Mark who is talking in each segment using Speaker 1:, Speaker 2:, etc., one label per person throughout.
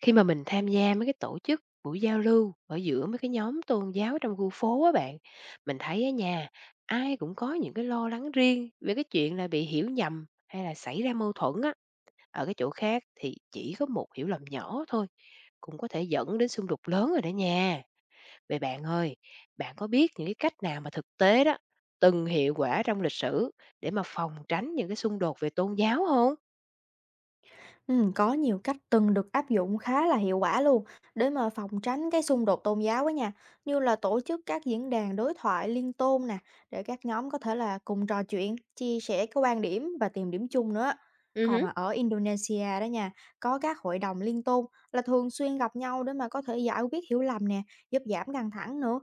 Speaker 1: Khi mà mình tham gia mấy cái tổ chức buổi giao lưu ở giữa mấy cái nhóm tôn giáo trong khu phố á bạn, mình thấy ở nhà ai cũng có những cái lo lắng riêng về cái chuyện là bị hiểu nhầm hay là xảy ra mâu thuẫn á. Ở cái chỗ khác thì chỉ có một hiểu lầm nhỏ thôi, cũng có thể dẫn đến xung đột lớn rồi đó nha. Vậy bạn ơi, bạn có biết những cái cách nào mà thực tế đó từng hiệu quả trong lịch sử để mà phòng tránh những cái xung đột về tôn giáo không?
Speaker 2: Có nhiều cách từng được áp dụng khá là hiệu quả luôn để mà phòng tránh cái xung đột tôn giáo á nha, như là tổ chức các diễn đàn đối thoại liên tôn nè, để các nhóm có thể là cùng trò chuyện, chia sẻ cái quan điểm và tìm điểm chung nữa.
Speaker 1: Ừ
Speaker 2: Còn
Speaker 1: hử.
Speaker 2: mà ở Indonesia đó nha, có các hội đồng liên tôn là thường xuyên gặp nhau để mà có thể giải quyết hiểu lầm nè, giúp giảm căng thẳng nữa.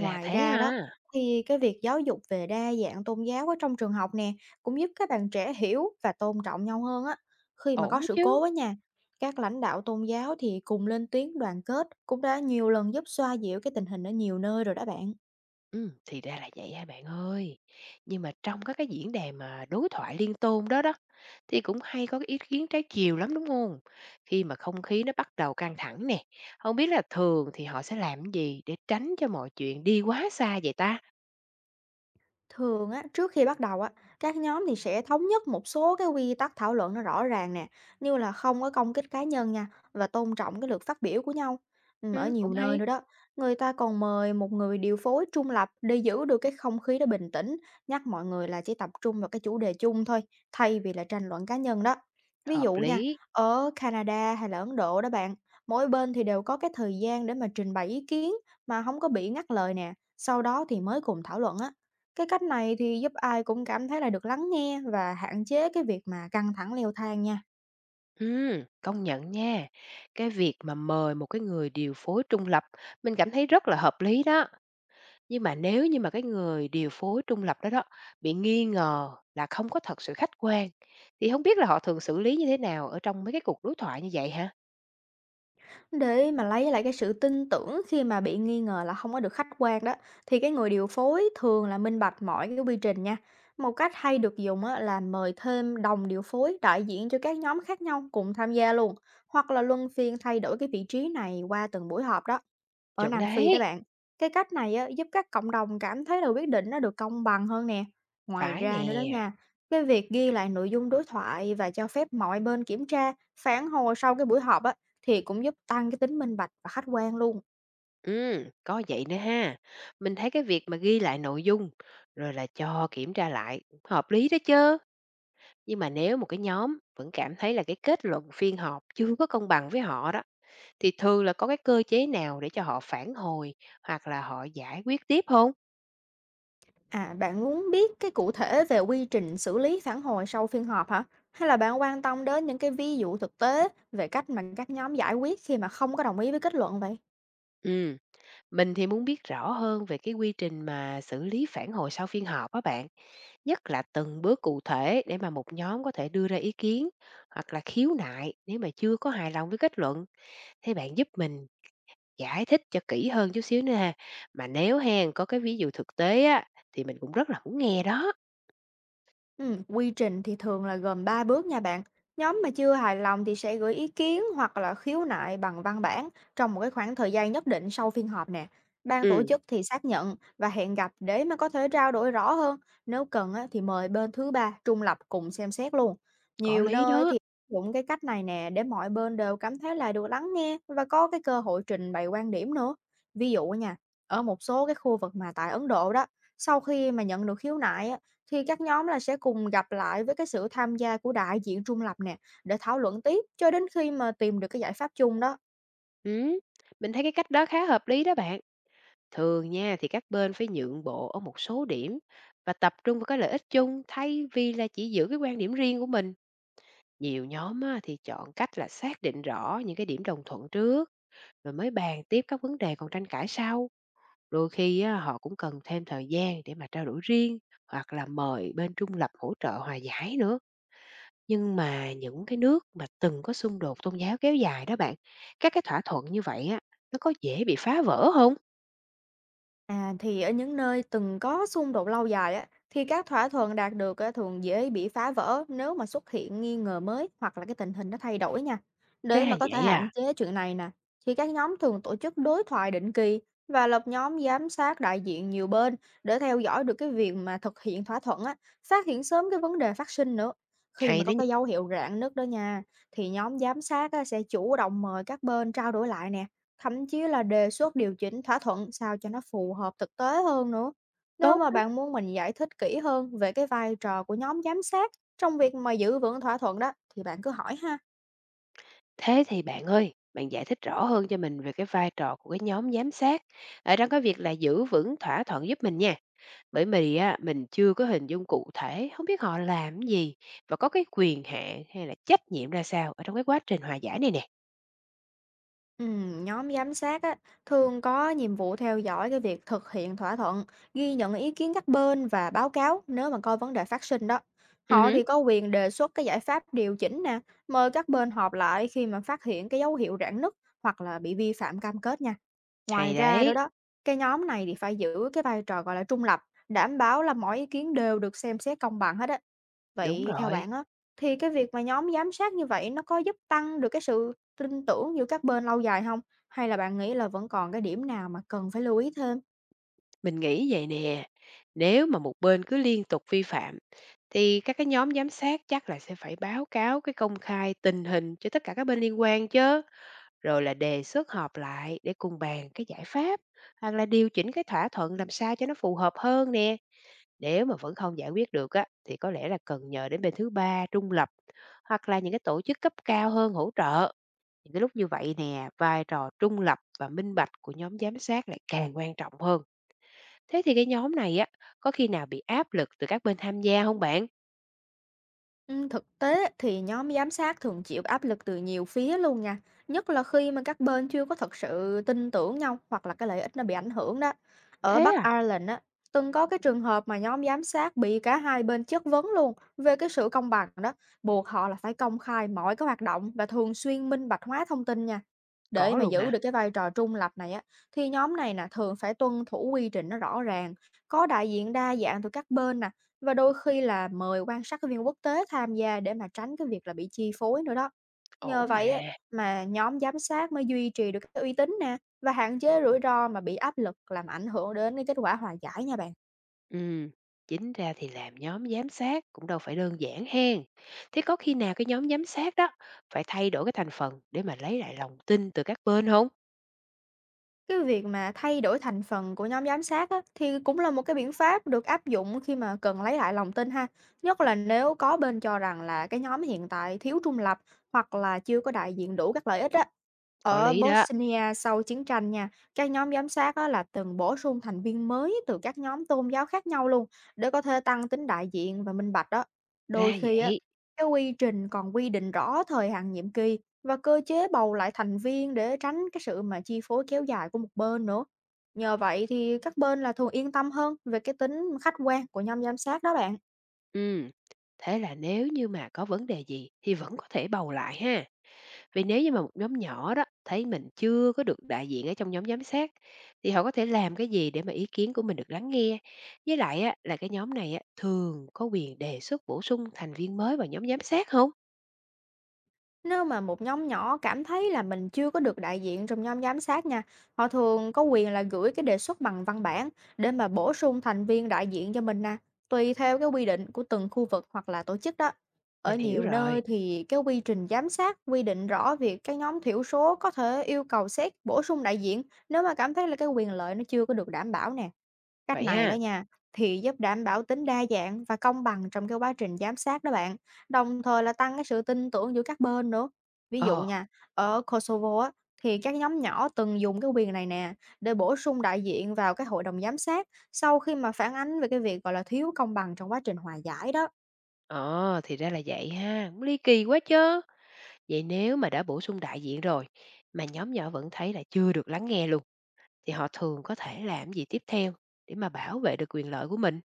Speaker 1: Ra thế
Speaker 2: ra đó
Speaker 1: ha,
Speaker 2: thì cái việc giáo dục về đa dạng tôn giáo ở trong trường học nè cũng giúp các bạn trẻ hiểu và tôn trọng nhau hơn á, khi mà có
Speaker 1: ổn đó
Speaker 2: sự
Speaker 1: chứ.
Speaker 2: cố á nha, các lãnh đạo tôn giáo thì cùng lên tiếng đoàn kết cũng đã nhiều lần giúp xoa dịu cái tình hình ở nhiều nơi rồi đó bạn.
Speaker 1: Thì ra là vậy ha bạn ơi. Nhưng mà trong các cái diễn đàn mà đối thoại liên tôn đó đó, thì cũng hay có cái ý kiến trái chiều lắm, đúng không? Khi mà không khí nó bắt đầu căng thẳng nè, không biết là thường thì họ sẽ làm cái gì để tránh cho mọi chuyện đi quá xa vậy ta?
Speaker 2: Thường á, trước khi bắt đầu á, các nhóm thì sẽ thống nhất một số cái quy tắc thảo luận nó rõ ràng nè, như là không có công kích cá nhân nha và tôn trọng cái lượt phát biểu của nhau. Ừ, ở
Speaker 1: Cũng
Speaker 2: nhiều nơi
Speaker 1: hay,
Speaker 2: nữa đó, người ta còn mời một người điều phối trung lập để giữ được cái không khí nó bình tĩnh, nhắc mọi người là chỉ tập trung vào cái chủ đề chung thôi, thay vì là tranh luận cá nhân đó. Ví
Speaker 1: hợp
Speaker 2: dụ nha,
Speaker 1: lý.
Speaker 2: ở Canada hay là Ấn Độ đó bạn, mỗi bên thì đều có cái thời gian để mà trình bày ý kiến mà không có bị ngắt lời nè, sau đó thì mới cùng thảo luận á. Cái cách này thì giúp ai cũng cảm thấy là được lắng nghe và hạn chế cái việc mà căng thẳng leo thang nha.
Speaker 1: Công nhận nha. Cái việc mà mời một cái người điều phối trung lập, mình cảm thấy rất là hợp lý đó. Nhưng mà nếu như mà cái người điều phối trung lập đó đó bị nghi ngờ là không có thật sự khách quan, thì không biết là họ thường xử lý như thế nào ở trong mấy cái cuộc đối thoại như vậy hả?
Speaker 2: Để mà lấy lại cái sự tin tưởng khi mà bị nghi ngờ là không có được khách quan đó, thì cái người điều phối thường là minh bạch mọi cái quy trình nha. Một cách hay được dùng á, là mời thêm đồng điều phối đại diện cho các nhóm khác nhau cùng tham gia luôn, hoặc là luân phiên thay đổi cái vị trí này qua từng buổi họp đó. Ở
Speaker 1: Chuẩn
Speaker 2: Nam Phi đó
Speaker 1: đấy.
Speaker 2: bạn, cái cách này á, giúp các cộng đồng cảm thấy là quyết định nó được công bằng hơn nè. Ngoài
Speaker 1: Phải
Speaker 2: ra nữa đó
Speaker 1: nè.
Speaker 2: nha, cái việc ghi lại nội dung đối thoại và cho phép mọi bên kiểm tra, phản hồi sau cái buổi họp á, thì cũng giúp tăng cái tính minh bạch và khách quan luôn.
Speaker 1: Có vậy nữa ha. Mình thấy cái việc mà ghi lại nội dung, rồi là cho kiểm tra lại hợp lý đó chớ. Nhưng mà nếu một cái nhóm vẫn cảm thấy là cái kết luận phiên họp chưa có công bằng với họ đó, thì thường là có cái cơ chế nào để cho họ phản hồi hoặc là họ giải quyết tiếp không?
Speaker 2: À, bạn muốn biết cái cụ thể về quy trình xử lý phản hồi sau phiên họp hả? Hay là bạn quan tâm đến những cái ví dụ thực tế về cách mà các nhóm giải quyết khi mà không có đồng ý với kết luận vậy?
Speaker 1: Ừm. Mình thì muốn biết rõ hơn về cái quy trình mà xử lý phản hồi sau phiên họp á bạn, nhất là từng bước cụ thể để mà một nhóm có thể đưa ra ý kiến hoặc là khiếu nại nếu mà chưa có hài lòng với kết luận. Thế bạn giúp mình giải thích cho kỹ hơn chút xíu nữa ha. Mà nếu hèn có cái ví dụ thực tế á thì mình cũng rất là muốn nghe đó.
Speaker 2: Quy trình thì thường là gồm 3 bước nha bạn. Nhóm mà chưa hài lòng thì sẽ gửi ý kiến hoặc là khiếu nại bằng văn bản trong một cái khoảng thời gian nhất định sau phiên họp nè. Ban tổ
Speaker 1: Ừ,
Speaker 2: chức thì xác nhận và hẹn gặp để mà có thể trao đổi rõ hơn. Nếu cần á, thì mời bên thứ ba trung lập cùng xem xét luôn.
Speaker 1: có
Speaker 2: Nhiều
Speaker 1: lý
Speaker 2: nơi
Speaker 1: đó.
Speaker 2: thì áp dụng cái cách này nè để mọi bên đều cảm thấy là được lắng nghe và có cái cơ hội trình bày quan điểm nữa. Ví dụ nha, ở một số cái khu vực mà tại Ấn Độ đó, sau khi mà nhận được khiếu nại á, thì các nhóm là sẽ cùng gặp lại với cái sự tham gia của đại diện trung lập nè, để thảo luận tiếp cho đến khi mà tìm được cái giải pháp chung đó.
Speaker 1: Ừ, mình thấy cái cách đó khá hợp lý đó bạn. Thường nha thì các bên phải nhượng bộ ở một số điểm và tập trung vào cái lợi ích chung thay vì là chỉ giữ cái quan điểm riêng của mình. Nhiều nhóm á, thì chọn cách là xác định rõ những cái điểm đồng thuận trước rồi mới bàn tiếp các vấn đề còn tranh cãi sau. Đôi khi á, họ cũng cần thêm thời gian để mà trao đổi riêng hoặc là mời bên trung lập hỗ trợ hòa giải nữa. Nhưng mà những cái nước mà từng có xung đột tôn giáo kéo dài đó bạn, các cái thỏa thuận như vậy á, nó có dễ bị phá vỡ không?
Speaker 2: À, thì ở những nơi từng có xung đột lâu dài á, thì các thỏa thuận đạt được á, thường dễ bị phá vỡ nếu mà xuất hiện nghi ngờ mới hoặc là cái tình hình nó thay đổi nha. Để
Speaker 1: Ra
Speaker 2: mà có thể
Speaker 1: vậy
Speaker 2: hạn
Speaker 1: à,
Speaker 2: chế chuyện này nè, thì các nhóm thường tổ chức đối thoại định kỳ và lập nhóm giám sát đại diện nhiều bên để theo dõi được cái việc mà thực hiện thỏa thuận á, phát hiện sớm cái vấn đề phát sinh nữa. Khi mà
Speaker 1: hay đó
Speaker 2: có
Speaker 1: nhỉ,
Speaker 2: cái dấu hiệu rạn nứt đó nha, thì nhóm giám sát á, sẽ chủ động mời các bên trao đổi lại nè. Thậm chí là đề xuất điều chỉnh thỏa thuận sao cho nó phù hợp thực tế hơn nữa. Nếu
Speaker 1: tốt.
Speaker 2: mà bạn muốn mình giải thích kỹ hơn về cái vai trò của nhóm giám sát trong việc mà giữ vững thỏa thuận đó thì bạn cứ hỏi ha.
Speaker 1: Thế thì bạn ơi, bạn giải thích rõ hơn cho mình về cái vai trò của cái nhóm giám sát ở trong cái việc là giữ vững thỏa thuận giúp mình nha. Bởi vì á, mình chưa có hình dung cụ thể, không biết họ làm cái gì và có cái quyền hạn hay là trách nhiệm ra sao ở trong cái quá trình hòa giải này nè.
Speaker 2: Nhóm giám sát á, thường có nhiệm vụ theo dõi cái việc thực hiện thỏa thuận, ghi nhận ý kiến các bên và báo cáo nếu mà coi vấn đề phát sinh đó.
Speaker 1: Ừ,
Speaker 2: Họ
Speaker 1: hứ,
Speaker 2: thì có quyền đề xuất cái giải pháp điều chỉnh nè, mời các bên họp lại khi mà phát hiện cái dấu hiệu rạn nứt hoặc là bị vi phạm cam kết nha. Ngoài
Speaker 1: hay
Speaker 2: ra nữa
Speaker 1: đấy,
Speaker 2: đó, cái nhóm này thì phải giữ cái vai trò gọi là trung lập, đảm bảo là mọi ý kiến đều được xem xét công bằng hết á.
Speaker 1: đúng
Speaker 2: Vậy theo
Speaker 1: rồi.
Speaker 2: bạn á, thì cái việc mà nhóm giám sát như vậy nó có giúp tăng được cái sự tin tưởng giữa các bên lâu dài không? Hay là bạn nghĩ là vẫn còn cái điểm nào mà cần phải lưu ý thêm?
Speaker 1: Mình nghĩ vậy nè, nếu mà một bên cứ liên tục vi phạm thì các cái nhóm giám sát chắc là sẽ phải báo cáo cái công khai tình hình cho tất cả các bên liên quan chứ. Rồi là đề xuất họp lại để cùng bàn cái giải pháp, hoặc là điều chỉnh cái thỏa thuận làm sao cho nó phù hợp hơn nè. Nếu mà vẫn không giải quyết được á, thì có lẽ là cần nhờ đến bên thứ ba trung lập hoặc là những cái tổ chức cấp cao hơn hỗ trợ. Những cái lúc như vậy nè, vai trò trung lập và minh bạch của nhóm giám sát lại càng quan trọng hơn. Thế thì cái nhóm này á, có khi nào bị áp lực từ các bên tham gia không bạn?
Speaker 2: Thực tế thì nhóm giám sát thường chịu áp lực từ nhiều phía luôn nha, nhất là khi mà các bên chưa có thật sự tin tưởng nhau hoặc là cái lợi ích nó bị ảnh hưởng đó. Ở
Speaker 1: Thế
Speaker 2: Bắc
Speaker 1: à?
Speaker 2: Ireland á, từng có cái trường hợp mà nhóm giám sát bị cả hai bên chất vấn luôn về cái sự công bằng đó, buộc họ là phải công khai mọi cái hoạt động và thường xuyên minh bạch hóa thông tin nha. Để
Speaker 1: Có
Speaker 2: mà
Speaker 1: luôn
Speaker 2: giữ
Speaker 1: hả?
Speaker 2: được cái vai trò trung lập này á, thì nhóm này nè thường phải tuân thủ quy trình nó rõ ràng, có đại diện đa dạng từ các bên nè và đôi khi là mời quan sát viên quốc tế tham gia để mà tránh cái việc là bị chi phối nữa đó. Nhờ
Speaker 1: Ổn mà.
Speaker 2: vậy á, mà nhóm giám sát mới duy trì được cái uy tín nè và hạn chế rủi ro mà bị áp lực làm ảnh hưởng đến cái kết quả hòa giải nha bạn.
Speaker 1: Ừm, chính ra thì làm nhóm giám sát cũng đâu phải đơn giản hen. Thế có khi nào cái nhóm giám sát đó phải thay đổi cái thành phần để mà lấy lại lòng tin từ các bên không?
Speaker 2: Cái việc mà thay đổi thành phần của nhóm giám sát á, thì cũng là một cái biện pháp được áp dụng khi mà cần lấy lại lòng tin ha. Nhất là nếu có bên cho rằng là cái nhóm hiện tại thiếu trung lập hoặc là chưa có đại diện đủ các lợi ích á.
Speaker 1: Có
Speaker 2: Ở
Speaker 1: lý đó,
Speaker 2: Bosnia sau chiến tranh nha, các nhóm giám sát á, là từng bổ sung thành viên mới từ các nhóm tôn giáo khác nhau luôn để có thể tăng tính đại diện và minh bạch đó.
Speaker 1: ra
Speaker 2: Đôi khi á,
Speaker 1: vậy.
Speaker 2: cái quy trình còn quy định rõ thời hạn nhiệm kỳ và cơ chế bầu lại thành viên để tránh cái sự mà chi phối kéo dài của một bên nữa. Nhờ vậy thì các bên là thường yên tâm hơn về cái tính khách quan của nhóm giám sát đó bạn.
Speaker 1: Ừm, Thế là nếu như mà có vấn đề gì thì vẫn có thể bầu lại ha. Vì nếu như mà một nhóm nhỏ đó thấy mình chưa có được đại diện ở trong nhóm giám sát thì họ có thể làm cái gì để mà ý kiến của mình được lắng nghe. Với lại á, là cái nhóm này á, thường có quyền đề xuất bổ sung thành viên mới vào nhóm giám sát không?
Speaker 2: Nếu mà một nhóm nhỏ cảm thấy là mình chưa có được đại diện trong nhóm giám sát nha, họ thường có quyền là gửi cái đề xuất bằng văn bản để mà bổ sung thành viên đại diện cho mình nè, tùy theo cái quy định của từng khu vực hoặc là tổ chức đó. Ở
Speaker 1: Mình hiểu
Speaker 2: nhiều nơi
Speaker 1: rồi,
Speaker 2: thì cái quy trình giám sát quy định rõ việc các nhóm thiểu số có thể yêu cầu xét bổ sung đại diện nếu mà cảm thấy là cái quyền lợi nó chưa có được đảm bảo nè. Cách
Speaker 1: vậy
Speaker 2: này đó
Speaker 1: ha.
Speaker 2: nha, thì giúp đảm bảo tính đa dạng và công bằng trong cái quá trình giám sát đó bạn, đồng thời là tăng cái sự tin tưởng giữa các bên nữa. Ví dụ
Speaker 1: Ờ,
Speaker 2: nha, ở Kosovo á, thì các nhóm nhỏ từng dùng cái quyền này nè để bổ sung đại diện vào cái hội đồng giám sát sau khi mà phản ánh về cái việc gọi là thiếu công bằng trong quá trình hòa giải đó.
Speaker 1: ờ, thì ra là vậy ha, cũng ly kỳ quá chứ. Vậy nếu mà đã bổ sung đại diện rồi, mà nhóm nhỏ vẫn thấy là chưa được lắng nghe luôn, thì họ thường có thể làm gì tiếp theo để mà bảo vệ được quyền lợi của mình?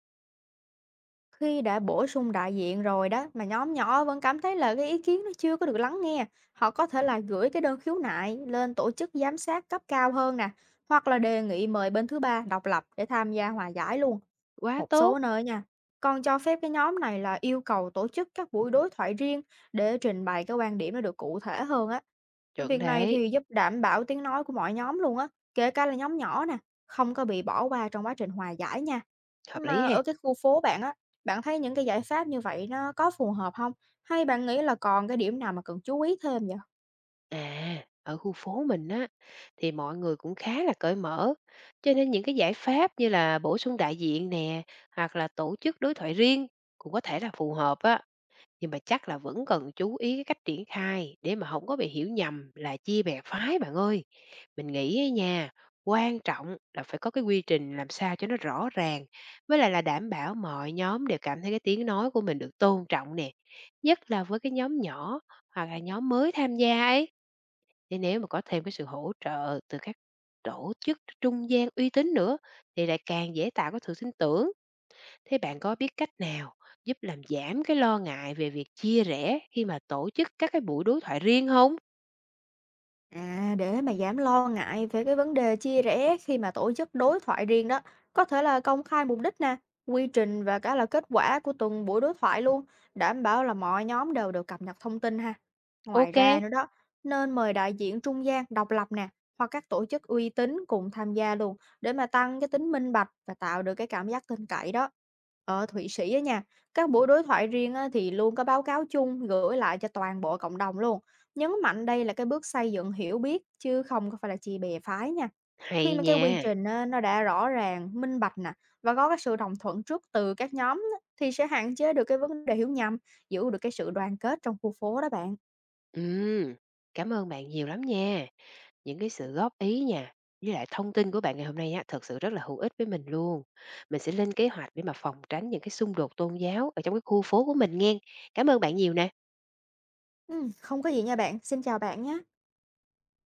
Speaker 2: Khi đã bổ sung đại diện rồi đó mà nhóm nhỏ vẫn cảm thấy là cái ý kiến nó chưa có được lắng nghe, họ có thể là gửi cái đơn khiếu nại lên tổ chức giám sát cấp cao hơn nè, hoặc là đề nghị mời bên thứ ba độc lập để tham gia hòa giải luôn.
Speaker 1: Quá
Speaker 2: Một số
Speaker 1: tốt,
Speaker 2: nơi nha, còn cho phép cái nhóm này là yêu cầu tổ chức các buổi đối thoại riêng để trình bày cái quan điểm nó được cụ thể hơn á.
Speaker 1: chuẩn
Speaker 2: Việc này
Speaker 1: đấy,
Speaker 2: thì giúp đảm bảo tiếng nói của mọi nhóm luôn á, kể cả là nhóm nhỏ nè, không có bị bỏ qua trong quá trình hòa giải nha.
Speaker 1: hợp lý
Speaker 2: Mà
Speaker 1: ha.
Speaker 2: ở cái khu phố bạn á, bạn thấy những cái giải pháp như vậy nó có phù hợp không? Hay bạn nghĩ là còn cái điểm nào mà cần chú ý thêm vậy?
Speaker 1: À, ở khu phố mình á, thì mọi người cũng khá là cởi mở, cho nên những cái giải pháp như là bổ sung đại diện nè, hoặc là tổ chức đối thoại riêng cũng có thể là phù hợp á. Nhưng mà chắc là vẫn cần chú ý cái cách triển khai để mà không có bị hiểu nhầm là chia bè phái bạn ơi. Mình nghĩ á nha, quan trọng là phải có cái quy trình làm sao cho nó rõ ràng, với lại là đảm bảo mọi nhóm đều cảm thấy cái tiếng nói của mình được tôn trọng nè. Nhất là với cái nhóm nhỏ hoặc là nhóm mới tham gia ấy, thì nếu mà có thêm cái sự hỗ trợ từ các tổ chức trung gian uy tín nữa thì lại càng dễ tạo cái sự tin tưởng. Thế bạn có biết cách nào giúp làm giảm cái lo ngại về việc chia rẽ khi mà tổ chức các cái buổi đối thoại riêng không?
Speaker 2: À, để mà giảm lo ngại về cái vấn đề chia rẽ khi mà tổ chức đối thoại riêng đó, có thể là công khai mục đích nè, quy trình và cả là kết quả của từng buổi đối thoại luôn, đảm bảo là mọi nhóm đều được cập nhật thông tin ha. Ngoài
Speaker 1: OK,
Speaker 2: ra nữa đó, nên mời đại diện trung gian độc lập nè, hoặc các tổ chức uy tín cùng tham gia luôn để mà tăng cái tính minh bạch và tạo được cái cảm giác tin cậy đó. Ở Thụy Sĩ á nha, các buổi đối thoại riêng á, thì luôn có báo cáo chung gửi lại cho toàn bộ cộng đồng luôn. Nhấn mạnh đây là cái bước xây dựng hiểu biết chứ không có phải là chia bè phái nha. Khi
Speaker 1: hay
Speaker 2: mà cái quy
Speaker 1: nha.
Speaker 2: trình á, nó đã rõ ràng, minh bạch nè và có cái sự đồng thuận trước từ các nhóm á, thì sẽ hạn chế được cái vấn đề hiểu nhầm, giữ được cái sự đoàn kết trong khu phố đó bạn.
Speaker 1: Ừm, cảm ơn bạn nhiều lắm nha. Những cái sự góp ý nha, với lại thông tin của bạn ngày hôm nay á, thực sự rất là hữu ích với mình luôn. Mình sẽ lên kế hoạch để mà phòng tránh những cái xung đột tôn giáo ở trong cái khu phố của mình nghen. Cảm ơn bạn nhiều nè.
Speaker 2: Ừ, không có gì nha bạn. Xin chào bạn nhé.